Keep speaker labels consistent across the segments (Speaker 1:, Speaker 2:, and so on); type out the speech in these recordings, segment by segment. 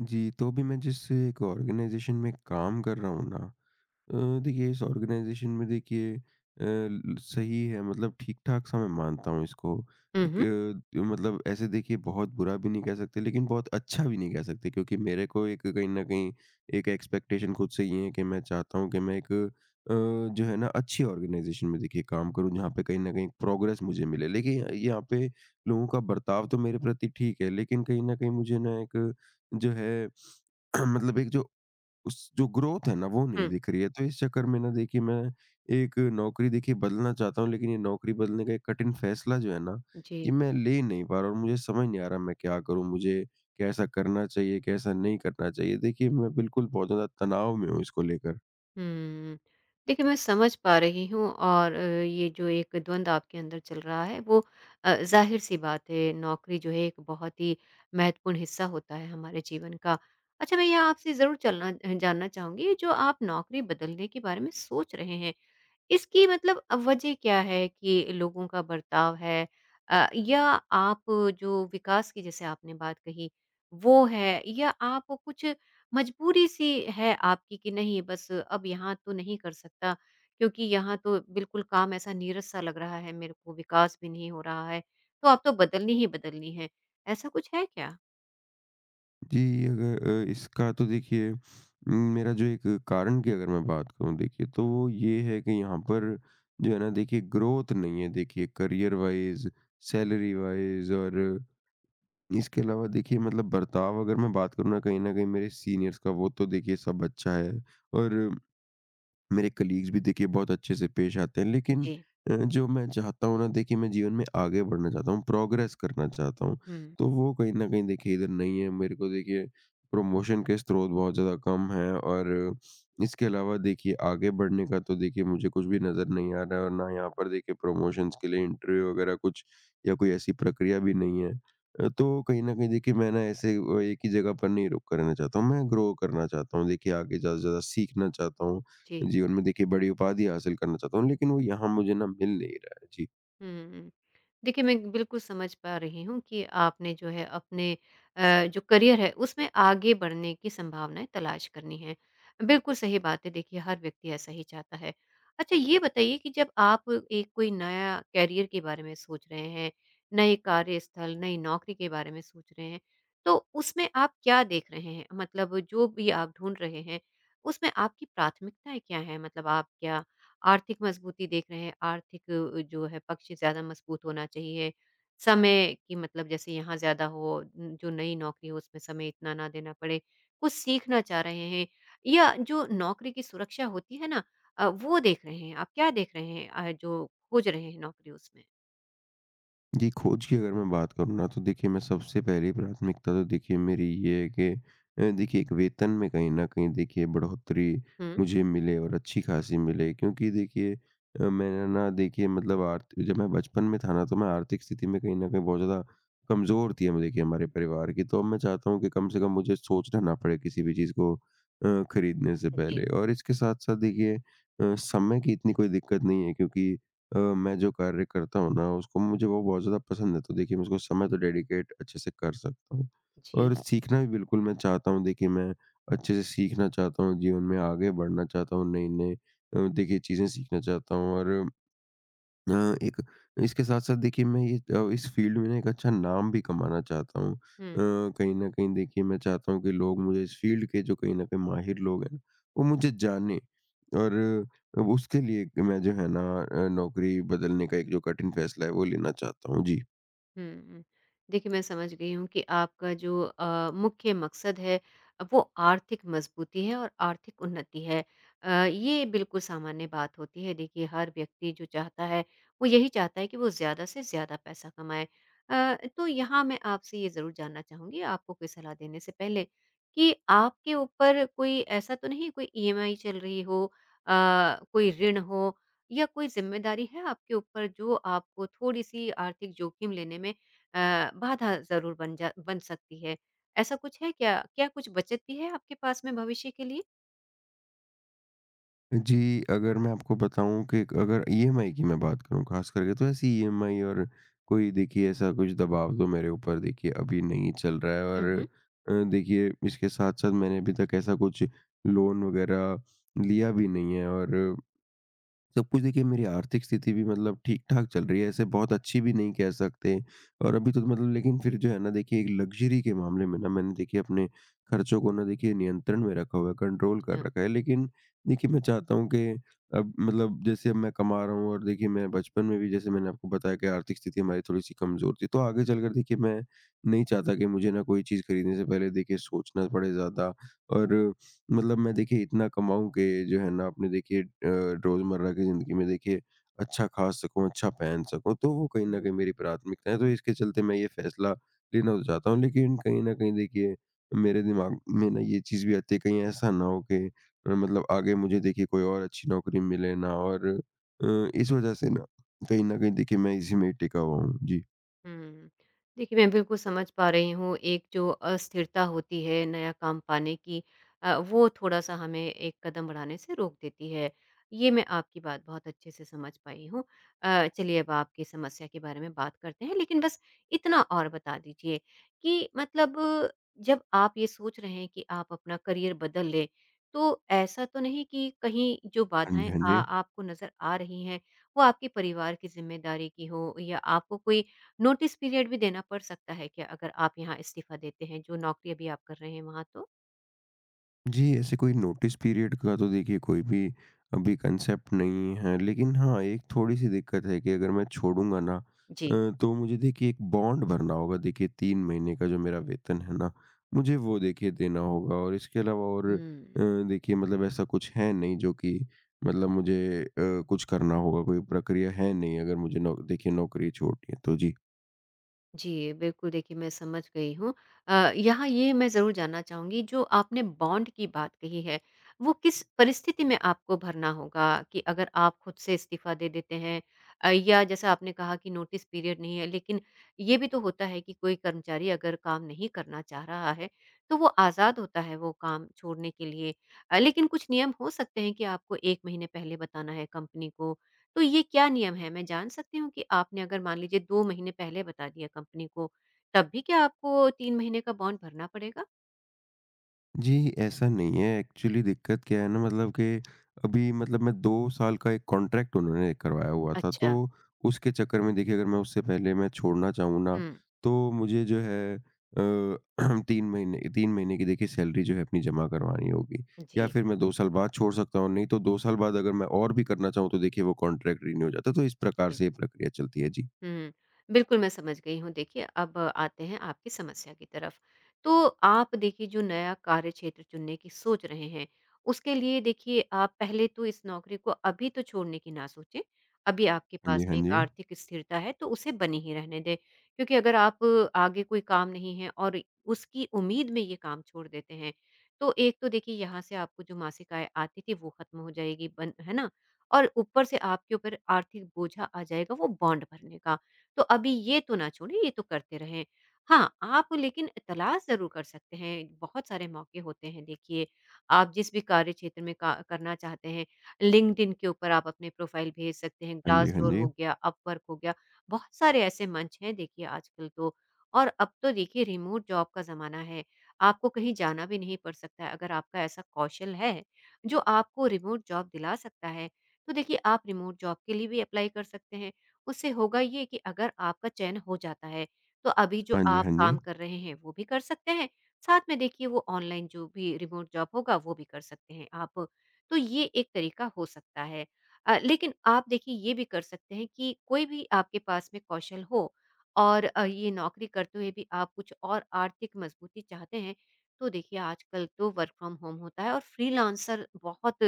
Speaker 1: जी, तो अभी मैं जिस एक ऑर्गेनाइज़ेशन में काम कर रहा हूँ ना, देखिए इस ऑर्गेनाइजेशन में देखिए सही है, मतलब ठीक ठाक सा मैं मानता हूँ इसको।
Speaker 2: हुँ, हुँ।
Speaker 1: मतलब ऐसे देखिए बहुत बुरा भी नहीं कह सकते, लेकिन बहुत अच्छा भी नहीं कह सकते, क्योंकि मेरे को एक कहीं ना कहीं एक एक्सपेक्टेशन खुद से ये है कि मैं चाहता हूँ कि मैं एक अ, जो है ना अच्छी ऑर्गेनाइजेशन में देखिए काम करूँ, जहाँ पे कहीं ना कहीं प्रोग्रेस मुझे मिले। लेकिन यहाँ पे लोगों का बर्ताव तो मेरे प्रति ठीक है, लेकिन कहीं ना कहीं मुझे ना एक जो है मतलब एक जो उस जो ग्रोथ है ना, वो नहीं
Speaker 2: हुँ,
Speaker 1: दिख रही है। तो इस चक्कर में ना देखिए मैं एक नौकरी देखिए बदलना चाहता हूँ, लेकिन ये नौकरी बदलने का एक कठिन फैसला जो है ना,
Speaker 2: जी।
Speaker 1: ये मैं ले नहीं पा रहा हूँ, और मुझे समझ नहीं आ रहा मैं क्या करूँ? मुझे कैसा करना चाहिए, कैसा नहीं करना चाहिए? देखिए मैं बिल्कुल बहुत ज़्यादा तनाव में हूँ इसको लेकर।
Speaker 2: हुँ। देखिए, मैं समझ पा रही हूँ और ये जो एक द्वंद आपके अंदर चल रहा है वो ज़ाहिर-सी बात है, नौकरी जो है एक बहुत ही महत्वपूर्ण हिस्सा होता है हमारे जीवन का। अच्छा, मैं ये आपसे ज़रूर जानना चाहूँगी, जो आप नौकरी बदलने के बारे में सोच रहे हैं, इसकी मतलब वजह क्या है? कि लोगों का बर्ताव है या आप जो विकास की जैसे आपने बात कही वो है, या आप कुछ मजबूरी सी है आपकी कि नहीं बस अब यहाँ तो नहीं कर सकता, क्योंकि यहाँ तो बिल्कुल काम ऐसा नीरस सा लग रहा है, मेरे को विकास भी नहीं हो रहा है, तो आप तो बदलनी ही बदलनी है, ऐसा कुछ है क्या?
Speaker 1: जी, अगर इसका तो देखिए मेरा जो एक कारण की अगर मैं बात करूँ देखिए, तो वो ये है कि यहाँ पर जो है ना देखिए ग्रोथ नहीं है, देखिए करियर वाइज़, सैलरी वाइज़। और इसके अलावा देखिए मतलब बर्ताव अगर मैं बात करूँ ना, कहीं न कहीं मेरे सीनियर्स का वो तो देखिए सब अच्छा है, और मेरे कलीग्स भी देखिए बहुत अच्छे से पेश आते हैं, लेकिन
Speaker 2: जी।
Speaker 1: जो मैं चाहता हूँ ना देखिए मैं जीवन में आगे बढ़ना चाहता हूँ, प्रोग्रेस करना चाहता हूँ,
Speaker 2: हम्म।
Speaker 1: तो वो कहीं न कहीं देखिए इधर नहीं है। मेरे को देखिए प्रमोशन के स्रोत बहुत ज़्यादा कम हैं, और इसके अलावा देखिए आगे बढ़ने का तो देखिए मुझे कुछ भी नज़र नहीं आ रहा है, और ना यहाँ पर देखिए प्रमोशंस के लिए इंटरव्यू वगैरह कुछ या कोई ऐसी प्रक्रिया भी नहीं है। तो कहीं न कहीं देखिए मैं ना ऐसे एक ही जगह पर नहीं रुक कर रहना चाहता हूँ, मैं ग्रो करना चाहता हूँ। देखिए आगे ज़्यादा से ज़्यादा सीखना चाहता हूँ,
Speaker 2: जी।
Speaker 1: जीवन में देखिए बड़ी उपाधि हासिल करना चाहता हूँ, लेकिन वो यहाँ मुझे ना मिल नहीं रहा है। जी।
Speaker 2: हुँ। देखिए, मैं बिल्कुल समझ पा रही हूँ कि आपने जो है अपने जो करियर है उसमें आगे बढ़ने की संभावनाएँ तलाश करनी है। बिल्कुल सही बात है, देखिए हर व्यक्ति ऐसा ही चाहता है। अच्छा, ये बताइए कि जब आप एक कोई नया करियर के बारे में सोच रहे हैं, नए कार्यस्थल, नई नौकरी के बारे में सोच रहे हैं, तो उसमें आप क्या देख रहे हैं? मतलब जो भी आप ढूँढ रहे हैं, उसमें आपकी प्राथमिकताएँ क्या हैं? मतलब आप क्या आर्थिक मजबूती देख रहे हैं, आर्थिक जो है पक्ष ज़्यादा मजबूत होना चाहिए, समय की मतलब जैसे यहाँ ज़्यादा हो, जो नई नौकरी हो उसमें समय इतना ना देना पड़े, कुछ सीखना चाह रहे हैं, या जो नौकरी की सुरक्षा होती है ना वो देख रहे हैं। आप क्या देख रहे हैं, जो खोज रहे हैं नौकरी उसमें?
Speaker 1: जी, खोज की अगर मैं बात करूँ ना, तो देखिए मैं सबसे पहली प्राथमिकता तो देखिए मेरी ये है कि देखिए एक वेतन में कहीं न कहीं देखिए बढ़ोतरी
Speaker 2: हुँ।
Speaker 1: मुझे मिले, और अच्छी खासी मिले। क्योंकि देखिए मैंने ना देखिए मतलब आर्थ जब मैं बचपन में था ना, तो मैं आर्थिक स्थिति में कहीं न कहीं बहुत ज़्यादा कमज़ोर थी हम देखिए हमारे परिवार की। तो अब मैं चाहता हूँ कि कम से कम मुझे सोचना ना पड़े किसी भी चीज़ को खरीदने से
Speaker 2: जी।
Speaker 1: पहले। और इसके साथ-साथ देखिए समय की इतनी कोई दिक्कत नहीं है, क्योंकि मैं जो कार्य करता हूँ ना उसको मुझे वो बहुत ज़्यादा पसंद है, तो देखिए मैं उसको समय तो डेडिकेट अच्छे से कर सकता हूँ।
Speaker 2: जी।
Speaker 1: और सीखना भी बिल्कुल मैं चाहता हूँ, देखिए मैं अच्छे से सीखना चाहता हूँ, जीवन में आगे बढ़ना चाहता हूँ, नई-नई देखिए चीज़ें सीखना चाहता हूँ, और अ, एक इसके साथ-साथ देखिए मैं ये इस फ़ील्ड में ना एक अच्छा नाम भी कमाना चाहता हूँ।
Speaker 2: हुँ।
Speaker 1: कहीं न कहीं देखिए मैं चाहता हूँ कि लोग मुझे इस फ़ील्ड के जो कहीं न कहीं माहिर लोग हैं, वो मुझे जानें। और अब उसके लिए मैं जो है ना नौकरी बदलने का एक जो कठिन फ़ैसला है वो लेना चाहता हूँ। जी।
Speaker 2: हुँ। देखिए, मैं समझ गई हूँ कि आपका जो मुख्य मकसद है वो आर्थिक मजबूती है और आर्थिक उन्नति है। ये बिल्कुल सामान्य बात होती है। देखिए, हर व्यक्ति जो चाहता है वो यही चाहता है कि वो ज़्यादा से ज़्यादा पैसा कमाए। तो यहाँ मैं आपसे ये ज़रूर जानना चाहूँगी, आपको कोई सलाह देने से पहले कि आपके ऊपर कोई ऐसा तो नहीं, कोई ईएमआई चल रही हो, अ, कोई ऋण हो, या कोई ज़िम्मेदारी है आपके ऊपर जो आपको थोड़ी-सी आर्थिक जोखिम लेने में बाधा ज़रूर बन सकती है? ऐसा कुछ है क्या? क्या कुछ बचत भी है आपके पास में भविष्य के लिए?
Speaker 1: जी, अगर मैं आपको बताऊँ कि अगर ईएमआई की मैं बात करूँ ख़ास करके, तो ऐसी ईएमआई और कोई देखिए ऐसा कुछ दबाव तो मेरे ऊपर देखिए अभी नहीं चल रहा है, और
Speaker 2: हुँ, हुँ।
Speaker 1: देखिए इसके साथ-साथ मैंने अभी तक ऐसा कुछ लोन वग़ैरह लिया भी नहीं है, और सब कुछ देखिए मेरी आर्थिक स्थिति भी मतलब ठीक-ठाक चल रही है, ऐसे बहुत अच्छी भी नहीं कह सकते। और अभी तो मतलब लेकिन फिर जो है ना देखिए एक लग्ज़री के मामले में ना मैंने देखिए अपने खर्चों को ना देखिए नियंत्रण में रखा हुआ है, कंट्रोल कर
Speaker 2: अच्छा।
Speaker 1: रखा है। लेकिन देखिए मैं चाहता हूँ कि अब मतलब जैसे अब मैं कमा रहा हूँ, और देखिए मैं बचपन में भी जैसे मैंने आपको बताया कि आर्थिक स्थिति हमारी थोड़ी-सी कमज़ोर थी, तो आगे चलकर देखिए मैं नहीं चाहता कि मुझे ना कोई चीज़ खरीदने से पहले देखिए सोचना पड़े ज़्यादा। और मतलब मैं देखिए इतना कमाऊँ कि जो है ना अपने देखिए रोज़मर्रा की ज़िंदगी में देखिए अच्छा खा सकूँ, अच्छा पहन सकूँ, तो वो कहीं न कहीं मेरी प्राथमिकता है, तो इसके चलते मैं ये फ़ैसला लेना तो चाहता हूँ, लेकिन कहीं न कहीं देखिए मेरे दिमाग में ना ये चीज़ भी आती है कहीं ऐसा ना हो कि मतलब आगे मुझे देखिए कोई और अच्छी नौकरी मिले ना, और इस वज़ह से ना कहीं न कहीं देखिए मैं इसी में ही टिका हुआ हूँ। जी।
Speaker 2: हुँ। देखिए, मैं बिल्कुल समझ पा रही हूँ, एक जो अस्थिरता होती है नया काम पाने की, वो थोड़ा-सा हमें एक कदम बढ़ाने से रोक देती है। ये मैं आपकी बात बहुत अच्छे से समझ पाई हूँ। चलिए, अब आपकी समस्या के बारे में बात करते हैं, लेकिन बस इतना और बता दीजिए कि मतलब जब आप ये सोच रहे हैं कि आप अपना करियर बदल लें, तो ऐसा तो नहीं कि कहीं जो
Speaker 1: हाँ जी,
Speaker 2: बाधाएँ
Speaker 1: हाँ
Speaker 2: आ
Speaker 1: जी।
Speaker 2: आपको नज़र आ रही हैं, वो आपके परिवार की ज़िम्मेदारी की हो, या आपको कोई नोटिस पीरियड भी देना पड़ सकता है क्या, अगर आप यहाँ इस्तीफ़ा देते हैं, जो नौकरी अभी आप कर रहे हैं वहाँ तो?
Speaker 1: जी, ऐसे कोई नोटिस पीरियड का तो देखिए कोई भी अभी कंसेप्ट नहीं है। लेकिन हाँ, एक थोड़ी-सी दिक्कत है कि अगर मैं छोड़ूँगा ना,
Speaker 2: जी।
Speaker 1: तो मुझे देखिए एक बॉन्ड भरना होगा, देखिए 3 महीने का, जो मेरा वेतन है ना, मुझे वो देखिए देना होगा। और इसके अलावा और
Speaker 2: हुँ।
Speaker 1: देखिए मतलब ऐसा कुछ है नहीं, जो कि मतलब मुझे कुछ करना होगा, कोई प्रक्रिया है नहीं अगर मुझे नौ देखिए नौकरी छोड़नी है तो। जी।
Speaker 2: जी, बिल्कुल देखिए मैं समझ गई हूँ। यहाँ ये मैं ज़रूर जानना चाहूँगी, जो आपने बॉन्ड की बात कही है, वो किस परिस्थिति में आपको भरना होगा? कि अगर आप खुद से इस्तीफ़ा दे देते हैं, या जैसा आपने कहा कि नोटिस पीरियड नहीं है, लेकिन ये भी तो होता है कि कोई कर्मचारी अगर काम नहीं करना चाह रहा है, तो वो आज़ाद होता है वो काम छोड़ने के लिए। लेकिन कुछ नियम हो सकते हैं कि आपको 1 महीने पहले बताना है कंपनी को, तो ये क्या नियम है? मैं जान सकती हूँ कि आपने, अगर मान लीजिए, 2 महीने पहले बता दिया कंपनी को, तब भी क्या आपको 3 महीने का बॉन्ड भरना पड़ेगा?
Speaker 1: जी, ऐसा नहीं है। एक्चुअली दिक्कत क्या है ना, मतलब कि अभी मतलब मैं 2 साल का एक कॉन्ट्रैक्ट उन्होंने करवाया हुआ था,
Speaker 2: अच्छा।
Speaker 1: तो उसके चक्कर में देखिए अगर मैं उससे पहले मैं छोड़ना चाहूँ ना,
Speaker 2: हुँ।
Speaker 1: तो मुझे जो है 3 महीने की देखिए सैलरी जो है अपनी जमा करवानी होगी, या
Speaker 2: जी,
Speaker 1: फिर मैं 2 साल बाद छोड़ सकता हूँ, नहीं तो 2 साल बाद अगर मैं और भी करना चाहूँ, तो देखिए वो कॉन्ट्रैक्ट रिन्यू हो जाता है, तो इस प्रकार
Speaker 2: जी।
Speaker 1: से ये प्रक्रिया चलती है। जी।
Speaker 2: हुँ। बिल्कुल, मैं समझ गई हूँ। देखिए, अब आते हैं आपकी समस्या की तरफ। तो आप देखिए जो नया कार्यक्षेत्र चुनने की सोच रहे हैं, उसके लिए देखिए आप पहले तो इस नौकरी को अभी तो छोड़ने की ना सोचें। अभी आपके
Speaker 1: हाँ जी,
Speaker 2: पास
Speaker 1: हाँ
Speaker 2: में एक
Speaker 1: जी।
Speaker 2: आर्थिक स्थिरता है, तो उसे बनी ही रहने दें। क्योंकि अगर आप आगे कोई काम नहीं है और उसकी उम्मीद में ये काम छोड़ देते हैं, तो एक तो देखिए यहाँ से आपको जो मासिक आय आती थी वो खत्म हो जाएगी, बन है ना? और ऊपर से आपके ऊपर आर्थिक बोझा आ जाएगा वो बॉन्ड भरने का। तो अभी ये तो ना छोड़ें, ये तो करते रहें। हाँ, आप लेकिन तलाश ज़रूर कर सकते हैं, बहुत सारे मौके होते हैं देखिए। आप जिस भी कार्य क्षेत्र में का करना चाहते हैं, लिंक्डइन के ऊपर आप अपने प्रोफ़ाइल भेज सकते हैं,
Speaker 1: हाँ जी, हाँ
Speaker 2: ग्लासडोर
Speaker 1: जी।
Speaker 2: हो गया, अपवर्क हो गया, बहुत सारे ऐसे मंच हैं देखिए आजकल तो। और अब तो देखिए रिमोट जॉब का ज़माना है, आपको कहीं जाना भी नहीं पड़ सकता है, अगर आपका ऐसा कौशल है, जो आपको रिमोट जॉब दिला सकता है, तो देखिए आप रिमोट जॉब के लिए भी अप्लाई कर सकते हैं, उससे होगा ये कि अगर आपका चयन हो जाता है, तो अभी जो
Speaker 1: हाँ जी,
Speaker 2: आप
Speaker 1: हाँ जी।
Speaker 2: काम कर रहे हैं वो भी कर सकते हैं, साथ में देखिए वो ऑनलाइन जो भी रिमोट जॉब होगा वो भी कर सकते हैं आप, तो ये एक तरीका हो सकता है। लेकिन आप देखिए ये भी कर सकते हैं कि कोई भी आपके पास में कौशल हो और ये नौकरी करते हुए भी आप कुछ और आर्थिक मजबूती चाहते हैं, तो देखिए आजकल तो वर्क फ्रॉम होम होता है और फ्रीलांसर बहुत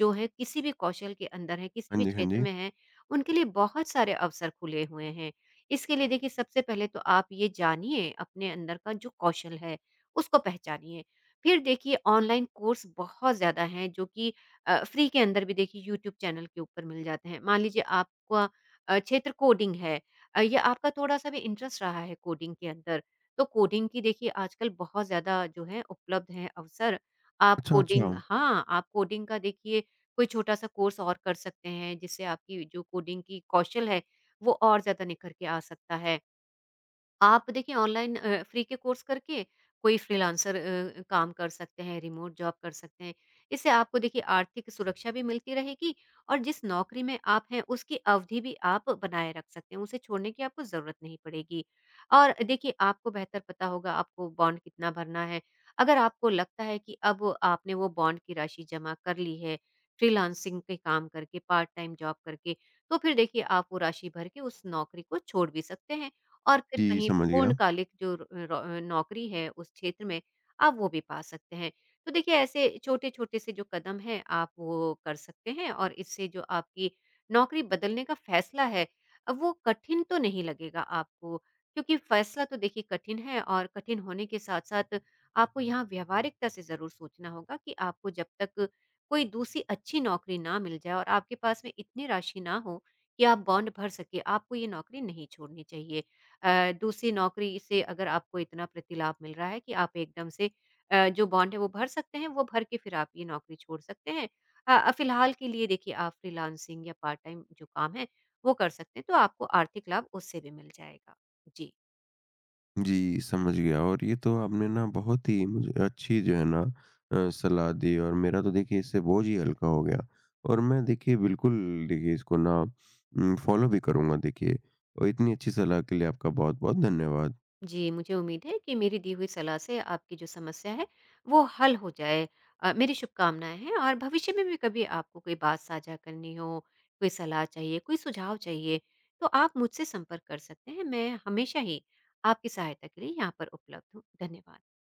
Speaker 2: जो है किसी भी कौशल के अंदर हैं, किसी
Speaker 1: हाँ
Speaker 2: भी
Speaker 1: जी, हाँ
Speaker 2: क्षेत्र
Speaker 1: जी।
Speaker 2: में हैं, उनके लिए बहुत सारे अवसर खुले हुए हैं। इसके लिए देखिए सबसे पहले तो आप ये जानिए अपने अंदर का जो कौशल है, उसको पहचानिए। फिर देखिए ऑनलाइन कोर्स बहुत ज़्यादा हैं जो कि फ्री के अंदर भी देखिए यूट्यूब चैनल के ऊपर मिल जाते हैं। मान लीजिए आपका क्षेत्र कोडिंग है, या आपका थोड़ा-सा भी इंटरेस्ट रहा है कोडिंग के अंदर, तो कोडिंग की देखिए आजकल बहुत ज़्यादा जो है उपलब्ध हैं अवसर। आप
Speaker 1: अच्छा,
Speaker 2: कोडिंग,
Speaker 1: अच्छा।
Speaker 2: हाँ, आप कोडिंग का देखिए कोई छोटा-सा कोर्स और कर सकते हैं, जिससे आपकी जो कोडिंग की कौशल है, वो और ज़्यादा निखर के आ सकता है। आप देखिए ऑनलाइन फ्री के कोर्स करके कोई फ्रीलांसर काम कर सकते हैं, रिमोट जॉब कर सकते हैं। इससे आपको देखिए आर्थिक सुरक्षा भी मिलती रहेगी और जिस नौकरी में आप हैं उसकी अवधि भी आप बनाए रख सकते हैं, उसे छोड़ने की आपको ज़रूरत नहीं पड़ेगी। और देखिए आपको बेहतर पता होगा आपको बॉन्ड कितना भरना है। अगर आपको लगता है कि अब आपने वो बॉन्ड की राशि जमा कर ली है, फ्रीलांसिंग पे काम करके, पार्ट टाइम जॉब करके, तो फिर देखिए आप वो राशि भर के उस नौकरी को छोड़ भी सकते हैं और फिर
Speaker 1: जी,
Speaker 2: कहीं
Speaker 1: समझ गया।
Speaker 2: पूर्णकालिक जो र र अ, नौकरी है उस क्षेत्र में, आप वो भी पा सकते हैं। तो देखिए ऐसे छोटे-छोटे से जो कदम हैं आप वो कर सकते हैं, और इससे जो आपकी नौकरी बदलने का फैसला है, अब वो कठिन तो नहीं लगेगा आपको। क्योंकि फैसला तो देखिए कठिन है, और कठिन होने के साथ-साथ आपको यहाँ व्यावहारिकता से ज़रूर सोचना होगा कि आपको जब तक कोई दूसरी अच्छी नौकरी ना मिल जाए और आपके पास में इतनी राशि ना हो कि आप बॉन्ड भर सकें, आपको ये नौकरी नहीं छोड़नी चाहिए। दूसरी नौकरी से अगर आपको इतना प्रतिलाभ मिल रहा है कि आप एकदम से जो बॉन्ड है वो भर सकते हैं, वो भर के फिर आप ये नौकरी छोड़ सकते हैं। फिलहाल के लिए देखिए आप फ्रीलांसिंग या पार्ट टाइम जो काम है, वो कर सकते हैं, तो आपको आर्थिक लाभ उससे भी मिल जाएगा। जी।
Speaker 1: जी, समझ गया, और ये तो आपने ना बहुत ही मुझे अच्छी जो है ना सलाह दी। और मेरा तो देखिए इससे बोझ ही हल्का हो गया, और मैं देखिए बिल्कुल देखिए इसको ना फ़ॉलो भी करूँगा देखिए। और इतनी अच्छी सलाह के लिए आपका बहुत-बहुत धन्यवाद।
Speaker 2: जी, मुझे उम्मीद है कि मेरी दी हुई सलाह से आपकी जो समस्या है वो हल हो जाए। मेरी शुभकामनाएँ हैं, और भविष्य में भी कभी आपको कोई बात साझा करनी हो, कोई सलाह चाहिए, कोई सुझाव चाहिए, तो आप मुझसे संपर्क कर सकते हैं। मैं हमेशा ही आपकी सहायता के लिए यहाँ पर उपलब्ध हूँ। धन्यवाद।